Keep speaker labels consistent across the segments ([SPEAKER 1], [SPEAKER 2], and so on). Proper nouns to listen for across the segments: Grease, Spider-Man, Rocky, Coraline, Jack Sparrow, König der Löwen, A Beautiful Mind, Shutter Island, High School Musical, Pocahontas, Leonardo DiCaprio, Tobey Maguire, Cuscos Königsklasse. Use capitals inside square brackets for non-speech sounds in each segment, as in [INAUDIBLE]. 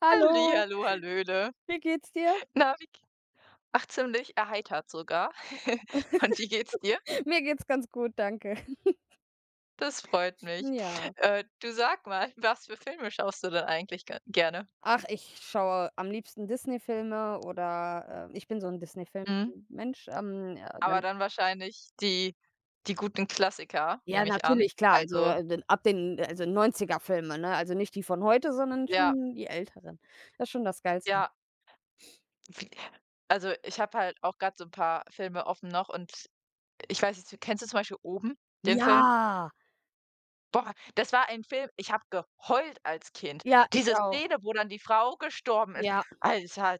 [SPEAKER 1] Hallo,
[SPEAKER 2] Hallihallo, hallöle.
[SPEAKER 1] wie geht's dir?
[SPEAKER 2] Na, wie g ach, ziemlich erheitert sogar. [LAUGHS] Und wie geht's dir?
[SPEAKER 1] [LAUGHS] Mir geht's ganz gut, danke. [LAUGHS]
[SPEAKER 2] Das freut mich.
[SPEAKER 1] Ja.
[SPEAKER 2] Du sag mal, was für Filme schaust du denn eigentlich ge gerne?
[SPEAKER 1] Ach, ich schaue am liebsten Disney-Filme oder, ich bin so ein
[SPEAKER 2] Mhm.
[SPEAKER 1] Disney-Film-Mensch, ja,
[SPEAKER 2] Aber
[SPEAKER 1] dann
[SPEAKER 2] dann wahrscheinlich die guten Klassiker,
[SPEAKER 1] ja,
[SPEAKER 2] nehme ich an.
[SPEAKER 1] natürlich, klar, also,
[SPEAKER 2] Also,
[SPEAKER 1] den ab den also, 90er Filme, ne? Also, nicht die von heute, sondern
[SPEAKER 2] ja,
[SPEAKER 1] schon die älteren. Das ist schon das Geilste.
[SPEAKER 2] ja. Wie Also, ich habe halt auch gerade so ein paar Filme offen noch und ich weiß nicht, kennst du zum Beispiel „Oben", den
[SPEAKER 1] Ja,
[SPEAKER 2] Film? Boah, das war ein Film, ich habe geheult als Kind.
[SPEAKER 1] ja, ich
[SPEAKER 2] Diese
[SPEAKER 1] auch.
[SPEAKER 2] Szene, wo dann die Frau gestorben ist.
[SPEAKER 1] Ja.
[SPEAKER 2] Alter,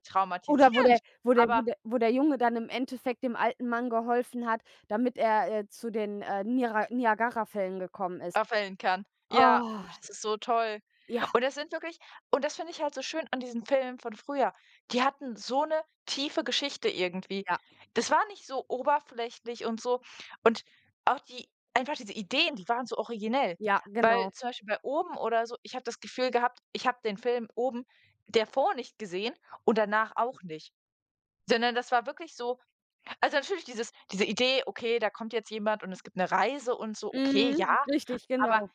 [SPEAKER 1] Oder wo
[SPEAKER 2] traumatisierend.
[SPEAKER 1] der wo der wo
[SPEAKER 2] Aber
[SPEAKER 1] der wo der Junge dann im Endeffekt dem alten Mann geholfen hat, damit er, zu den, Niara Niagarafällen gekommen ist.
[SPEAKER 2] Abwählen kann. Ja,
[SPEAKER 1] Oh.
[SPEAKER 2] oh, das ist so toll.
[SPEAKER 1] Ja,
[SPEAKER 2] Und das sind wirklich, und das finde ich halt so schön an diesen Filmen von früher. Die hatten so eine tiefe Geschichte irgendwie.
[SPEAKER 1] ja,
[SPEAKER 2] Das war nicht so oberflächlich und so, und auch die, einfach diese Ideen, die waren so originell.
[SPEAKER 1] ja,
[SPEAKER 2] Weil
[SPEAKER 1] genau.
[SPEAKER 2] zum Beispiel bei „Oben" oder so, ich habe das Gefühl gehabt, ich habe den Film „Oben" davor nicht gesehen und danach auch nicht, sondern das war wirklich so, also natürlich diese Idee, okay, da kommt jetzt jemand und es gibt eine Reise und so, okay, ja,
[SPEAKER 1] Mhm, richtig,
[SPEAKER 2] aber
[SPEAKER 1] genau.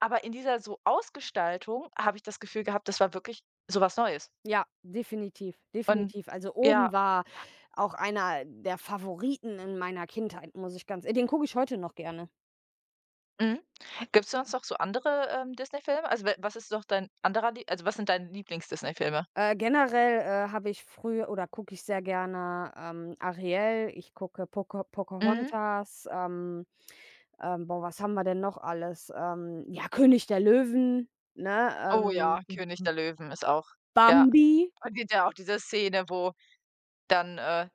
[SPEAKER 2] aber in dieser so Ausgestaltung habe ich das Gefühl gehabt, das war wirklich sowas Neues.
[SPEAKER 1] Ja, definitiv,
[SPEAKER 2] Und
[SPEAKER 1] definitiv. Also,
[SPEAKER 2] ja,
[SPEAKER 1] „Oben" war auch einer der Favoriten in meiner Kindheit, muss ich ganz den gucke ich heute noch gerne.
[SPEAKER 2] mhm. Gibt es sonst noch so andere, Disney-Filme? Also, wa was ist noch dein anderer Lie also, was sind deine Lieblings-Disney-Filme?
[SPEAKER 1] Generell, habe ich früher oder gucke ich sehr gerne, „Ariel", ich gucke
[SPEAKER 2] Mhm.
[SPEAKER 1] Pocahontas, boah, was haben wir denn noch alles? Ja, „König der Löwen", ne,
[SPEAKER 2] Oh ja,
[SPEAKER 1] ähm,
[SPEAKER 2] König der Löwen ist auch, ja.
[SPEAKER 1] Bambi.
[SPEAKER 2] Und gibt ja auch diese Szene, wo dann,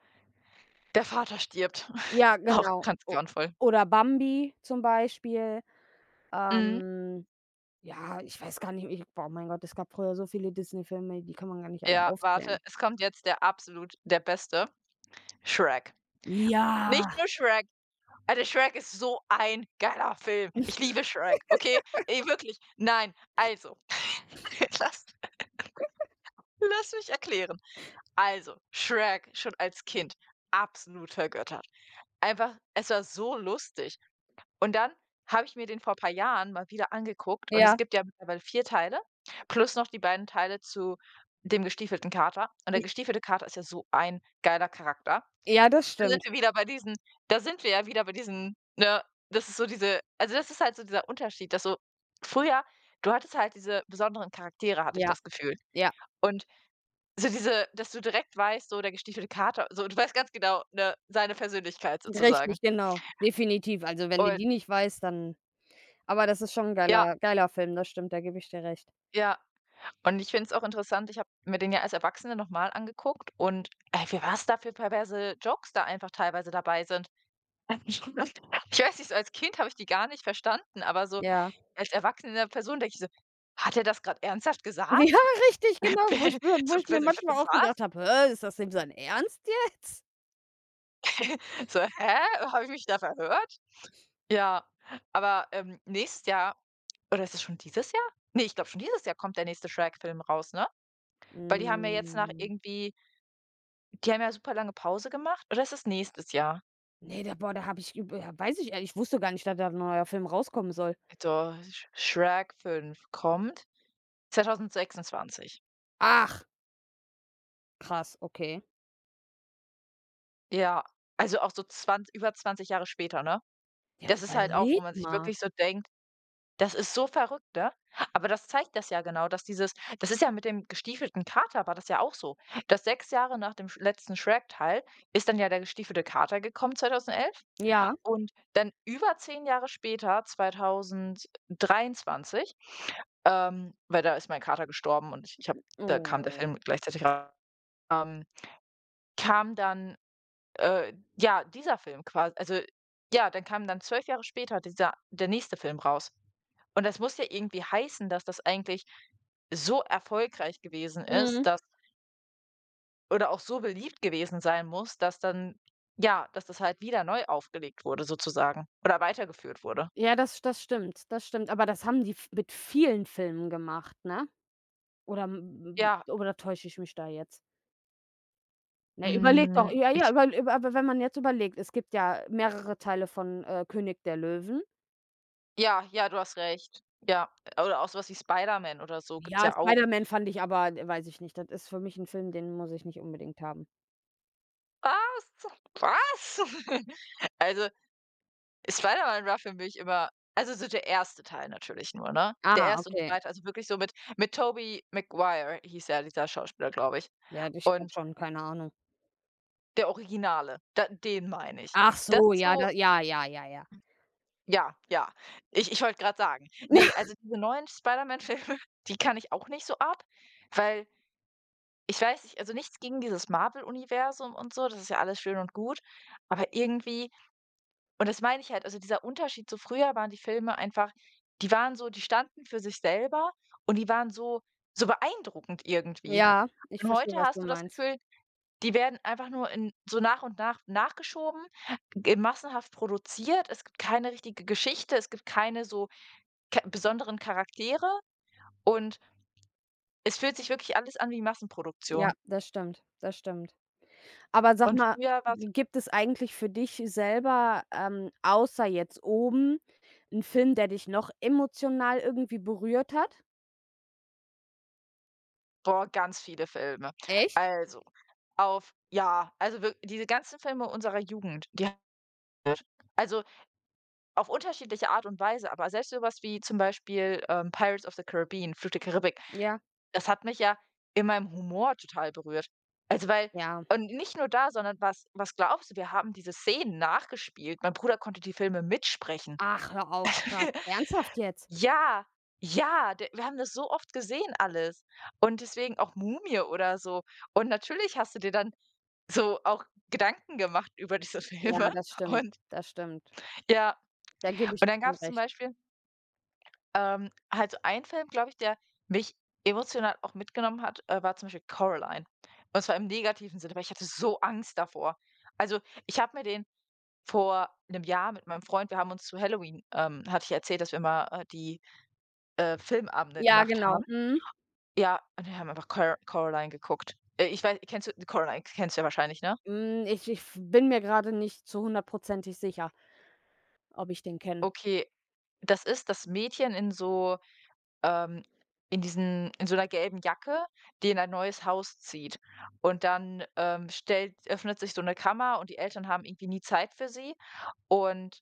[SPEAKER 2] der Vater stirbt.
[SPEAKER 1] Ja,
[SPEAKER 2] [LAUGHS] Auch
[SPEAKER 1] genau.
[SPEAKER 2] ganz
[SPEAKER 1] O
[SPEAKER 2] grauenvoll.
[SPEAKER 1] Oder „Bambi" zum Beispiel.
[SPEAKER 2] Mhm.
[SPEAKER 1] Ähm, ja, ich weiß gar nicht, ich boah, mein Gott, es gab früher so viele Disney-Filme, die kann man gar nicht alle
[SPEAKER 2] Ja, warte,
[SPEAKER 1] aufzählen.
[SPEAKER 2] es kommt jetzt der absolut der Beste, Shrek.
[SPEAKER 1] Ja,
[SPEAKER 2] Nicht nur Shrek. Alter, Shrek ist so ein geiler Film. Ich liebe Shrek, okay? Ey, wirklich. Nein, also, [LAUGHS] lass, lass mich erklären. Also, Shrek schon als Kind absolut vergöttert. Einfach, es war so lustig. Und dann habe ich mir den vor ein paar Jahren mal wieder angeguckt, und es
[SPEAKER 1] ja,
[SPEAKER 2] gibt ja mittlerweile 4 Teile plus noch die beiden Teile zu dem gestiefelten Kater. Und der
[SPEAKER 1] j
[SPEAKER 2] gestiefelte Kater ist ja so ein geiler Charakter.
[SPEAKER 1] ja, das
[SPEAKER 2] Da sind
[SPEAKER 1] stimmt.
[SPEAKER 2] wir wieder bei diesen Da sind wir ja wieder bei diesen, ne. Das ist so diese, also, das ist halt so dieser Unterschied, dass so früher du hattest halt diese besonderen Charaktere, hatte ich
[SPEAKER 1] Ja,
[SPEAKER 2] das Gefühl.
[SPEAKER 1] ja,
[SPEAKER 2] Und so diese, dass du direkt weißt, so der gestiefelte Kater, so du weißt ganz genau, ne, seine Persönlichkeit sozusagen.
[SPEAKER 1] richtig, genau, definitiv. Also, wenn du
[SPEAKER 2] Und
[SPEAKER 1] die nicht weißt, dann aber das ist schon ein
[SPEAKER 2] ja,
[SPEAKER 1] geiler geiler Film, das stimmt, da gebe ich dir recht.
[SPEAKER 2] ja. Und ich finde es auch interessant, ich habe mir den ja als Erwachsene nochmal angeguckt, und, ey, wie was da für perverse Jokes da einfach teilweise dabei sind. [LAUGHS] Ich weiß nicht, so als Kind habe ich die gar nicht verstanden, aber so
[SPEAKER 1] Ja. [LAUGHS]
[SPEAKER 2] als erwachsene Person denke ich so: „Hat er das gerade ernsthaft
[SPEAKER 1] Ja,
[SPEAKER 2] gesagt?
[SPEAKER 1] richtig, genau, wo ich
[SPEAKER 2] [LAUGHS]
[SPEAKER 1] mir wo
[SPEAKER 2] So
[SPEAKER 1] ich mir manchmal auch gedacht
[SPEAKER 2] was?
[SPEAKER 1] habe: ist das dem sein Ernst jetzt?"
[SPEAKER 2] So, hä? Habe ich mich da verhört?" Ja, aber, nächstes Jahr, oder ist es schon dieses Jahr? Ne, ich glaube schon dieses Jahr kommt der nächste Shrek-Film raus, ne? Weil die haben ja jetzt nach
[SPEAKER 1] Hm,
[SPEAKER 2] irgendwie, die haben ja super lange Pause gemacht, oder ist es nächstes Jahr?
[SPEAKER 1] ne, da boah, da habe ich üb ja, weiß ich ehrlich ich wusste gar nicht, dass da ein neuer Film rauskommen soll.
[SPEAKER 2] So, Sch Shrek 5 kommt 2026.
[SPEAKER 1] Ach. Krass, okay.
[SPEAKER 2] Ja, also auch so 20 über 20 Jahre später, ne?
[SPEAKER 1] Ja,
[SPEAKER 2] Das ist halt auch, wo
[SPEAKER 1] überleg
[SPEAKER 2] man sich
[SPEAKER 1] mal.
[SPEAKER 2] wirklich so denkt, das ist so verrückt, ne? Aber das zeigt das ja genau, dass dieses, das ist ja, mit dem gestiefelten Kater war das ja auch so, dass 6 Jahre nach dem sch letzten Shrek-Teil ist dann ja der gestiefelte Kater gekommen, 2011.
[SPEAKER 1] Ja.
[SPEAKER 2] Und dann über 10 Jahre später, 2023, weil da ist mein Kater gestorben und ich habe da kam der
[SPEAKER 1] Oh.
[SPEAKER 2] Film gleichzeitig ra ähm, kam dann, ja, dieser Film quasi. Also, ja, dann kam dann 12 Jahre später dieser der nächste Film raus. Und das muss ja irgendwie heißen, dass das eigentlich so erfolgreich gewesen ist,
[SPEAKER 1] Mhm.
[SPEAKER 2] dass oder auch so beliebt gewesen sein muss, dass dann, ja, dass das halt wieder neu aufgelegt wurde sozusagen oder weitergeführt wurde.
[SPEAKER 1] Ja, das stimmt, das stimmt. Aber das haben die v mit vielen Filmen gemacht, ne? Oder m
[SPEAKER 2] Ja,
[SPEAKER 1] m oder täusche ich mich da jetzt? Ne, überleg doch,
[SPEAKER 2] hm,
[SPEAKER 1] ja, ja,
[SPEAKER 2] ich,
[SPEAKER 1] über über aber wenn man jetzt überlegt, es gibt ja mehrere Teile von, König der Löwen.
[SPEAKER 2] ja, ja, du hast recht. Ja, oder auch so was wie Spider-Man oder so gibt's
[SPEAKER 1] Ja,
[SPEAKER 2] ja auch.
[SPEAKER 1] Spider-Man fand ich aber weiß ich nicht, das ist für mich ein Film, den muss ich nicht unbedingt haben.
[SPEAKER 2] Was? Was? [LAUGHS] Also, Spider-Man war für mich immer, also so der erste Teil natürlich nur, ne? Der
[SPEAKER 1] Ah,
[SPEAKER 2] erste und
[SPEAKER 1] okay.
[SPEAKER 2] zweite, also wirklich so mit Tobey Maguire hieß ja dieser Schauspieler, glaube ich.
[SPEAKER 1] Ja, ich glaube
[SPEAKER 2] Und
[SPEAKER 1] schon, keine Ahnung.
[SPEAKER 2] der Originale, da den meine ich.
[SPEAKER 1] Ach
[SPEAKER 2] Das
[SPEAKER 1] so,
[SPEAKER 2] ist
[SPEAKER 1] ja,
[SPEAKER 2] so,
[SPEAKER 1] da ja, ja, ja, ja.
[SPEAKER 2] ja, ja. Ich wollte gerade sagen. Nee,
[SPEAKER 1] [LAUGHS]
[SPEAKER 2] also diese neuen Spider-Man-Filme, [LAUGHS] die kann ich auch nicht so ab, weil ich weiß nicht, also nichts gegen dieses Marvel-Universum und so, das ist ja alles schön und gut, aber irgendwie. Und das meine ich halt, also dieser Unterschied zu früher, waren die Filme einfach, die waren so, die standen für sich selber und die waren so so beeindruckend irgendwie.
[SPEAKER 1] Ja, ich
[SPEAKER 2] Und
[SPEAKER 1] verstehe,
[SPEAKER 2] heute
[SPEAKER 1] was du
[SPEAKER 2] hast du das
[SPEAKER 1] meinst.
[SPEAKER 2] Gefühl, die werden einfach nur in so nach und nach nachgeschoben, g massenhaft produziert. Es gibt keine richtige Geschichte, es gibt keine so k besonderen Charaktere und es fühlt sich wirklich alles an wie
[SPEAKER 1] Ja,
[SPEAKER 2] Massenproduktion.
[SPEAKER 1] das stimmt, das stimmt. Aber sag
[SPEAKER 2] Und
[SPEAKER 1] mal,
[SPEAKER 2] früher war's,
[SPEAKER 1] g gibt es eigentlich für dich selber, außer jetzt oben, einen Film, der dich noch emotional irgendwie berührt hat?
[SPEAKER 2] boah, ganz viele Filme.
[SPEAKER 1] Echt?
[SPEAKER 2] Also, auf ja, also wirk diese ganzen Filme unserer Jugend, die. Also, auf unterschiedliche Art und Weise, aber selbst so was wie zum Beispiel, „Pirates of the Caribbean", „Fluch der Karibik",
[SPEAKER 1] Ja,
[SPEAKER 2] das hat mich ja in meinem Humor total berührt. Also, weil,
[SPEAKER 1] ja.
[SPEAKER 2] und nicht nur da, sondern was glaubst du, wir haben diese Szenen nachgespielt. Mein Bruder konnte die Filme mitsprechen.
[SPEAKER 1] Ach, hör auf, krass.
[SPEAKER 2] [LAUGHS]
[SPEAKER 1] Ernsthaft jetzt?
[SPEAKER 2] Ja, ja, d wir haben das so oft gesehen alles und deswegen auch „Mumie" oder so. Und natürlich hast du dir dann so auch Gedanken gemacht über diese
[SPEAKER 1] Ja,
[SPEAKER 2] Filme [LAUGHS]
[SPEAKER 1] das stimmt,
[SPEAKER 2] und
[SPEAKER 1] das stimmt.
[SPEAKER 2] ja,
[SPEAKER 1] Da gebe ich
[SPEAKER 2] und
[SPEAKER 1] dir
[SPEAKER 2] dann
[SPEAKER 1] schon
[SPEAKER 2] gab's zum
[SPEAKER 1] recht.
[SPEAKER 2] Beispiel. Halt so ein Film, glaube ich, der mich emotional auch mitgenommen hat, war zum Beispiel Coraline. Und zwar im negativen Sinne, weil ich hatte so Angst davor. Also, ich habe mir den vor einem Jahr mit meinem Freund, wir haben uns zu Halloween, hatte ich ja erzählt, dass wir mal, die, Filmabende
[SPEAKER 1] Ja,
[SPEAKER 2] gemacht
[SPEAKER 1] genau.
[SPEAKER 2] haben.
[SPEAKER 1] Mhm.
[SPEAKER 2] Ja, und wir haben einfach Coraline geguckt. Ich weiß. Kennst du Coraline kennst du ja wahrscheinlich, ne?
[SPEAKER 1] Hm, ich bin mir gerade nicht zu hundertprozentig sicher, ob ich den kenne.
[SPEAKER 2] Okay, das ist das Mädchen in so, ähm, in so einer gelben Jacke, die in ein neues Haus zieht. Und dann, stellt öffnet sich so eine Kammer und die Eltern haben irgendwie nie Zeit für sie. Und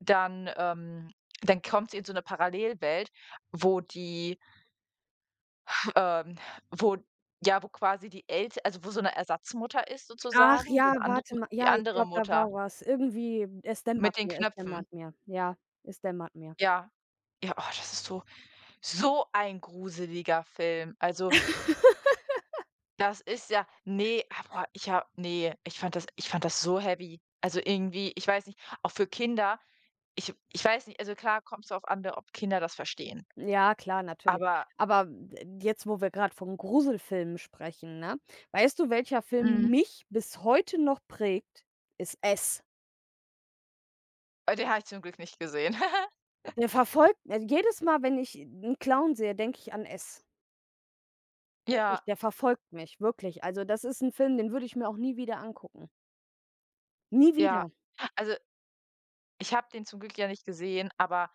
[SPEAKER 2] dann, dann kommt sie in so eine Parallelwelt, wo die, ähm wo, ja, wo quasi die Elt also wo so eine Ersatzmutter ist
[SPEAKER 1] Ach
[SPEAKER 2] sozusagen, so
[SPEAKER 1] ja,
[SPEAKER 2] 'ne andere,
[SPEAKER 1] warte mal.
[SPEAKER 2] die
[SPEAKER 1] Ja, ich
[SPEAKER 2] andere
[SPEAKER 1] glaube, da
[SPEAKER 2] Mutter
[SPEAKER 1] war was. Irgendwie, es dämmert
[SPEAKER 2] mit den
[SPEAKER 1] mir, es
[SPEAKER 2] Knöpfen.
[SPEAKER 1] dämmert mir. Ja, es dämmert mir.
[SPEAKER 2] Ja. Ja, oh, das ist so so ein gruseliger Film. Also, das ist ja, ne, aber ich habe, nee, ich fand das so heavy. Also, irgendwie ich weiß nicht, auch für Kinder, ich weiß nicht, also, klar kommt's drauf an, ne, ob Kinder das verstehen,
[SPEAKER 1] Ja, klar, natürlich.
[SPEAKER 2] aber.
[SPEAKER 1] Aber d jetzt, wo wir gerade von Gruselfilmen sprechen, ne? Weißt du, welcher Film
[SPEAKER 2] Mhm.
[SPEAKER 1] mich bis heute noch prägt? Ist „S".
[SPEAKER 2] Den habe ich zum Glück nicht gesehen. [LAUGHS]
[SPEAKER 1] Der verfolgt, also, jedes Mal, wenn ich einen Clown sehe, denke ich an „S". Wirklich,
[SPEAKER 2] Ja,
[SPEAKER 1] der verfolgt mich, wirklich. Also, das ist ein Film, den würde ich mir auch nie wieder angucken. Nie
[SPEAKER 2] ja.
[SPEAKER 1] wieder.
[SPEAKER 2] Also, ich habe den zum Glück ja nicht gesehen, aber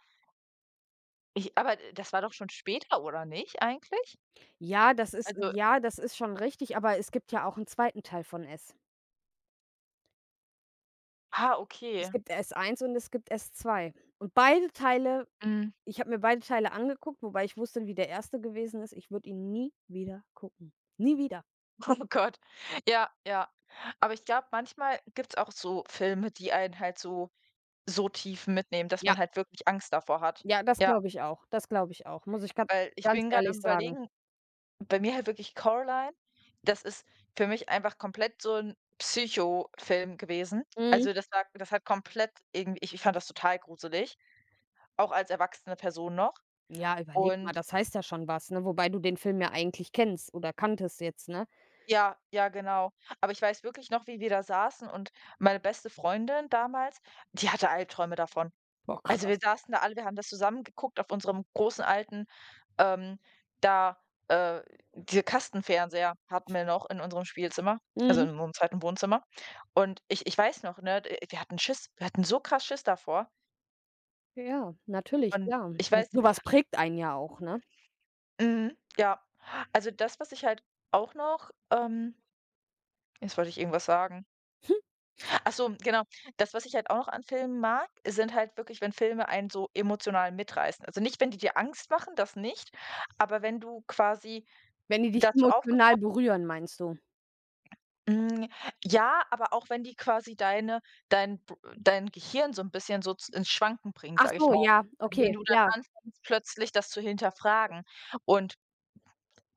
[SPEAKER 2] ich, aber das war doch schon später, oder nicht eigentlich? Also,
[SPEAKER 1] Ja, das ist schon richtig, aber es gibt ja auch einen zweiten Teil von „S".
[SPEAKER 2] ah,
[SPEAKER 1] Es
[SPEAKER 2] okay.
[SPEAKER 1] gibt s eins und es gibt s zwei. Und beide Teile
[SPEAKER 2] Mhm.
[SPEAKER 1] ich habe mir beide Teile angeguckt, wobei ich wusste, wie der erste gewesen ist. Ich würde ihn nie wieder gucken. Nie wieder.
[SPEAKER 2] [LAUGHS] Oh Gott. Ja, ja. Aber ich glaube, manchmal gibt's auch so Filme, die einen halt so tief mitnehmen, dass
[SPEAKER 1] Ja.
[SPEAKER 2] man halt wirklich Angst davor hat.
[SPEAKER 1] Ja, das
[SPEAKER 2] Ja,
[SPEAKER 1] glaube ich auch. Das glaube ich auch, muss ich ga
[SPEAKER 2] weil ich
[SPEAKER 1] ganz
[SPEAKER 2] bin gerade
[SPEAKER 1] ehrlich
[SPEAKER 2] am
[SPEAKER 1] sagen.
[SPEAKER 2] Überlegen, bei mir halt wirklich „Coraline", das ist für mich einfach komplett so 'n Psychofilm gewesen.
[SPEAKER 1] Mhm.
[SPEAKER 2] Also, das hat komplett irgendwie, ich fand das total gruselig, auch als erwachsene Person noch.
[SPEAKER 1] Ja, überleg mal,
[SPEAKER 2] Und
[SPEAKER 1] das heißt ja schon was, ne? Wobei du den Film ja eigentlich kennst oder kanntest jetzt, ne?
[SPEAKER 2] ja, ja, genau. Aber ich weiß wirklich noch, wie wir da saßen und meine beste Freundin damals, die hatte Albträume davon.
[SPEAKER 1] Boah,
[SPEAKER 2] Also,
[SPEAKER 1] krass.
[SPEAKER 2] wir saßen da alle, wir haben das zusammen geguckt auf unserem großen alten, Ähm, da äh, diese Kastenfernseher hatten wir noch in unserem Spielzimmer, also
[SPEAKER 1] Mhm.
[SPEAKER 2] in unserem zweiten Wohnzimmer. Und ich weiß noch, ne, d wir hatten Schiss. Wir hatten so krass Schiss davor.
[SPEAKER 1] Ja, natürlich,
[SPEAKER 2] Und
[SPEAKER 1] klar.
[SPEAKER 2] ich
[SPEAKER 1] Das
[SPEAKER 2] weiß
[SPEAKER 1] So
[SPEAKER 2] nicht,
[SPEAKER 1] was prägt einen ja auch, ne?
[SPEAKER 2] mhm, ja. Also, das, was ich halt auch noch, jetzt wollte ich irgendwas sagen.
[SPEAKER 1] Hm.
[SPEAKER 2] Ach so, genau. Das, was ich halt auch noch an Filmen mag, sind halt wirklich, wenn Filme einen so emotional mitreißen. Also, nicht, wenn die dir Angst machen, das nicht, aber wenn du quasi
[SPEAKER 1] Wenn die dich
[SPEAKER 2] dazu
[SPEAKER 1] emotional
[SPEAKER 2] aufgefordert,
[SPEAKER 1] berühren, meinst du?
[SPEAKER 2] hm, ja, aber auch wenn die quasi deine dein b dein Gehirn so ein bisschen so z ins Schwanken bringen,
[SPEAKER 1] Ach
[SPEAKER 2] sage ich
[SPEAKER 1] so,
[SPEAKER 2] mal.
[SPEAKER 1] ja,
[SPEAKER 2] Also, wenn
[SPEAKER 1] okay,
[SPEAKER 2] du dann
[SPEAKER 1] ja,
[SPEAKER 2] anfängst, plötzlich das zu hinterfragen und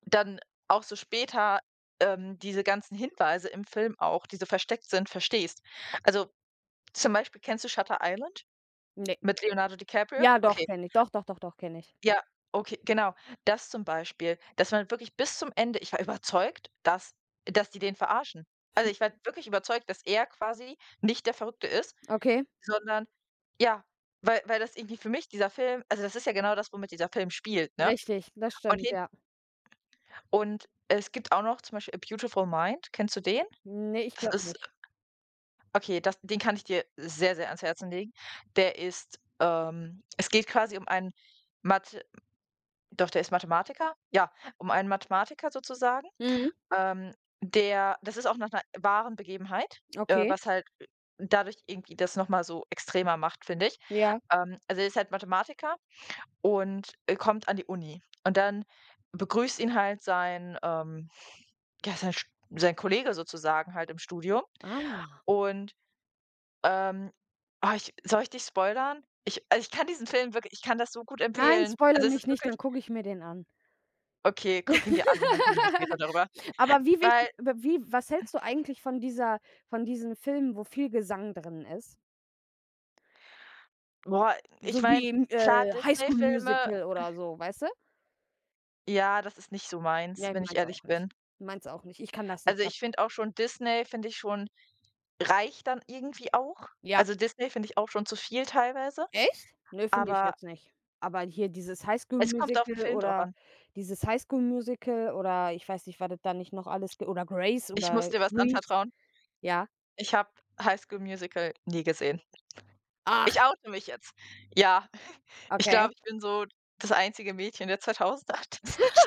[SPEAKER 2] dann auch so später, diese ganzen Hinweise im Film auch, die so versteckt sind, verstehst. Also, zum Beispiel, kennst du Shutter Island
[SPEAKER 1] ne.
[SPEAKER 2] mit Leonardo DiCaprio?
[SPEAKER 1] Ja, doch,
[SPEAKER 2] Okay.
[SPEAKER 1] kenne ich. Doch, doch, doch, doch, kenne ich.
[SPEAKER 2] Ja, okay, genau. Das zum Beispiel, dass man wirklich bis zum Ende, ich war [LAUGHS] überzeugt, dass die den verarschen. Also, ich war wirklich überzeugt, dass er quasi nicht der Verrückte ist,
[SPEAKER 1] Okay,
[SPEAKER 2] sondern, ja, weil das irgendwie für mich dieser Film, also, das ist ja genau das, womit dieser Film spielt, ne?
[SPEAKER 1] richtig, das
[SPEAKER 2] Und
[SPEAKER 1] stimmt,
[SPEAKER 2] hin
[SPEAKER 1] ja.
[SPEAKER 2] und es gibt auch noch zum Beispiel „A Beautiful Mind". Kennst du den?
[SPEAKER 1] Ne, ich
[SPEAKER 2] Das
[SPEAKER 1] glaube
[SPEAKER 2] ist
[SPEAKER 1] nicht.
[SPEAKER 2] okay, das den kann ich dir sehr, sehr ans Herzen legen. Der ist, es geht quasi um einen Mathe doch, der ist Mathematiker. Ja, um einen Mathematiker sozusagen.
[SPEAKER 1] Mhm,
[SPEAKER 2] Ähm, der das ist auch nach einer wahren Begebenheit,
[SPEAKER 1] okay,
[SPEAKER 2] was halt, dadurch irgendwie das noch mal so extremer macht, finde ich.
[SPEAKER 1] ja.
[SPEAKER 2] Also, er ist halt Mathematiker und, kommt an die Uni. Und dann begrüßt ihn halt sein, ja, sein, Sch sein Kollege sozusagen halt im Studium.
[SPEAKER 1] Ah.
[SPEAKER 2] Und, ähm ich soll ich dich spoilern? Ich, also, ich kann diesen Film wirklich, ich kann das so gut
[SPEAKER 1] Nein,
[SPEAKER 2] empfehlen.
[SPEAKER 1] spoilere
[SPEAKER 2] Also, es
[SPEAKER 1] mich
[SPEAKER 2] ist
[SPEAKER 1] nicht,
[SPEAKER 2] wirklich
[SPEAKER 1] dann gucke ich mir den an.
[SPEAKER 2] okay, guck ihn dir an und dann reden wir später
[SPEAKER 1] [LAUGHS]
[SPEAKER 2] darüber.
[SPEAKER 1] Aber wie wicht
[SPEAKER 2] Weil,
[SPEAKER 1] wie was hältst du eigentlich von diesen Filmen, wo viel Gesang drin ist?
[SPEAKER 2] boah, ich
[SPEAKER 1] So wie
[SPEAKER 2] meine,
[SPEAKER 1] im,
[SPEAKER 2] klar,
[SPEAKER 1] High School
[SPEAKER 2] Disney-Filme,
[SPEAKER 1] Musical oder so, weißt du?
[SPEAKER 2] ja, das ist nicht so meins,
[SPEAKER 1] Ne,
[SPEAKER 2] wenn ich
[SPEAKER 1] meins auch
[SPEAKER 2] ehrlich
[SPEAKER 1] nicht.
[SPEAKER 2] bin.
[SPEAKER 1] Meins auch nicht. Ich kann das
[SPEAKER 2] Also,
[SPEAKER 1] nicht ab.
[SPEAKER 2] ich finde auch schon Disney finde ich schon, reicht dann irgendwie auch.
[SPEAKER 1] Ja.
[SPEAKER 2] Also, Disney finde ich auch schon zu viel teilweise,
[SPEAKER 1] Echt? Ne, finde ich
[SPEAKER 2] aber
[SPEAKER 1] jetzt nicht. Aber hier
[SPEAKER 2] es kommt auf den
[SPEAKER 1] Musical
[SPEAKER 2] Film drauf
[SPEAKER 1] oder
[SPEAKER 2] an.
[SPEAKER 1] dieses High Musical oder ich weiß nicht, was es da nicht noch alles g oder Grace Ja.
[SPEAKER 2] Ich muss
[SPEAKER 1] oder
[SPEAKER 2] dir was
[SPEAKER 1] Grease,
[SPEAKER 2] anvertrauen.
[SPEAKER 1] ja?
[SPEAKER 2] Ich habe „High School Musical" nie gesehen.
[SPEAKER 1] Ach,
[SPEAKER 2] Ich oute mich jetzt. Ja, ich
[SPEAKER 1] okay.
[SPEAKER 2] glaube, ich bin so das einzige Mädchen der 2000er, [LAUGHS] das nicht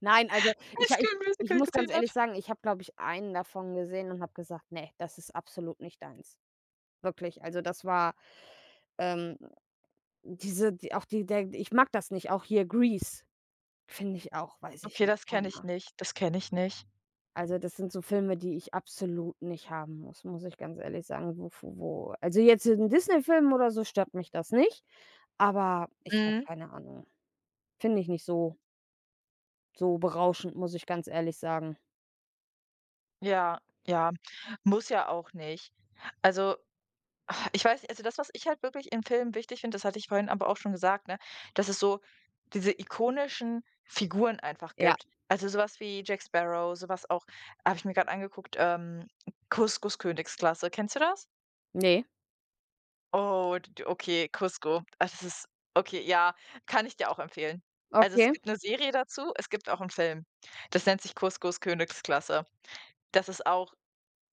[SPEAKER 1] Nein, also ich
[SPEAKER 2] „High
[SPEAKER 1] war ich
[SPEAKER 2] School
[SPEAKER 1] ich
[SPEAKER 2] Musical"
[SPEAKER 1] muss ganz
[SPEAKER 2] gesehen
[SPEAKER 1] ehrlich
[SPEAKER 2] hat.
[SPEAKER 1] sagen, ich habe, glaube ich, einen davon gesehen und habe gesagt: „Ne, das ist absolut nicht deins." Wirklich, also das war, ähm, diese die auch die der ich mag das nicht, auch hier Grease finde ich auch, weiß ich
[SPEAKER 2] Okay,
[SPEAKER 1] nicht,
[SPEAKER 2] das kenne
[SPEAKER 1] keine
[SPEAKER 2] ich nicht, das kenne ich nicht.
[SPEAKER 1] Also, das sind so Filme, die ich absolut nicht haben muss, muss ich ganz ehrlich sagen, wo f wo also, jetzt 'n Disney-Film oder so stört mich das nicht, aber ich habe
[SPEAKER 2] Mhm.
[SPEAKER 1] keine Ahnung. Finde ich nicht so berauschend, muss ich ganz ehrlich sagen.
[SPEAKER 2] Ja, ja, muss ja auch nicht. Also, ich weiß, also, das, was ich halt wirklich in Filmen wichtig finde, das hatte ich vorhin aber auch schon gesagt, ne, dass es so diese ikonischen Figuren einfach
[SPEAKER 1] Ja.
[SPEAKER 2] gibt. Also, sowas wie Jack Sparrow, sowas auch habe ich mir gerade angeguckt, Kuskus Königsklasse. Kennst du das?
[SPEAKER 1] Ne.
[SPEAKER 2] Oh, d okay, Cusco. Ah, das ist okay, ja, kann ich dir auch empfehlen. Also, es
[SPEAKER 1] Okay.
[SPEAKER 2] gibt eine Serie dazu, es gibt auch einen Film. Das nennt sich Cuscos Königsklasse. Das ist auch,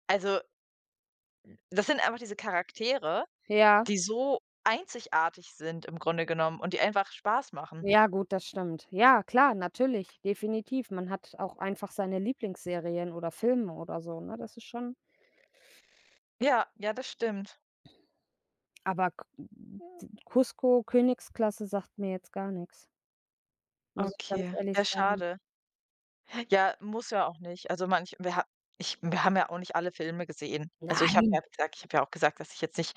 [SPEAKER 2] also das sind einfach diese Charaktere,
[SPEAKER 1] Ja.
[SPEAKER 2] die so einzigartig sind im Grunde genommen und die einfach Spaß machen.
[SPEAKER 1] Ja, gut, das stimmt. Ja, klar, natürlich, definitiv. Man hat auch einfach seine Lieblingsserien oder Filme oder so, ne? Das ist schon,
[SPEAKER 2] Ja, ja, das stimmt.
[SPEAKER 1] aber K Cusco Königsklasse sagt mir jetzt gar nichts, muss ich ganz
[SPEAKER 2] Okay.
[SPEAKER 1] ehrlich
[SPEAKER 2] Ja,
[SPEAKER 1] sagen.
[SPEAKER 2] schade. Ja, muss ja auch nicht. Also, manch wir ha ich wir haben ja auch nicht alle Filme gesehen. Also, ich habe
[SPEAKER 1] Nein.
[SPEAKER 2] ja gesagt, ich habe ja auch gesagt, dass ich jetzt nicht,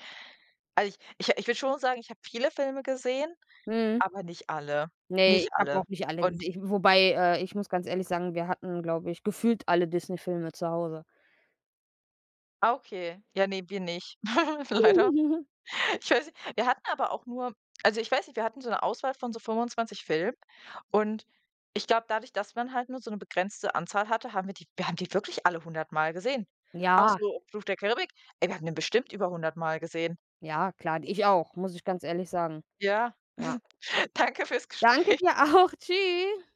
[SPEAKER 2] also, ich würde schon sagen, ich habe viele Filme gesehen,
[SPEAKER 1] Mhm.
[SPEAKER 2] aber nicht alle.
[SPEAKER 1] Ne,
[SPEAKER 2] Nicht
[SPEAKER 1] ich habe auch
[SPEAKER 2] alle.
[SPEAKER 1] nicht alle gese
[SPEAKER 2] Und,
[SPEAKER 1] ich wobei, ich muss ganz ehrlich sagen, wir hatten, glaube ich, gefühlt alle Disney-Filme zu Hause.
[SPEAKER 2] okay. Ja, nee, wir nicht, [LAUGHS] leider.
[SPEAKER 1] [LAUGHS]
[SPEAKER 2] Ich weiß nicht, wir hatten aber auch nur, also ich weiß nicht, wir hatten so eine Auswahl von so 25 Filmen und ich glaube, dadurch, dass man halt nur so eine begrenzte Anzahl hatte, haben wir die wir haben die wirklich alle 100 Mal gesehen. Auch
[SPEAKER 1] Ja,
[SPEAKER 2] so Fluch der Karibik, ey, wir haben den bestimmt über 100 Mal gesehen.
[SPEAKER 1] ja, klar, ich auch, muss ich ganz ehrlich sagen.
[SPEAKER 2] Ja.
[SPEAKER 1] Ja.
[SPEAKER 2] [LAUGHS] Danke fürs
[SPEAKER 1] Danke
[SPEAKER 2] Gespräch.
[SPEAKER 1] dir auch. [LAUGHS] Tschüss.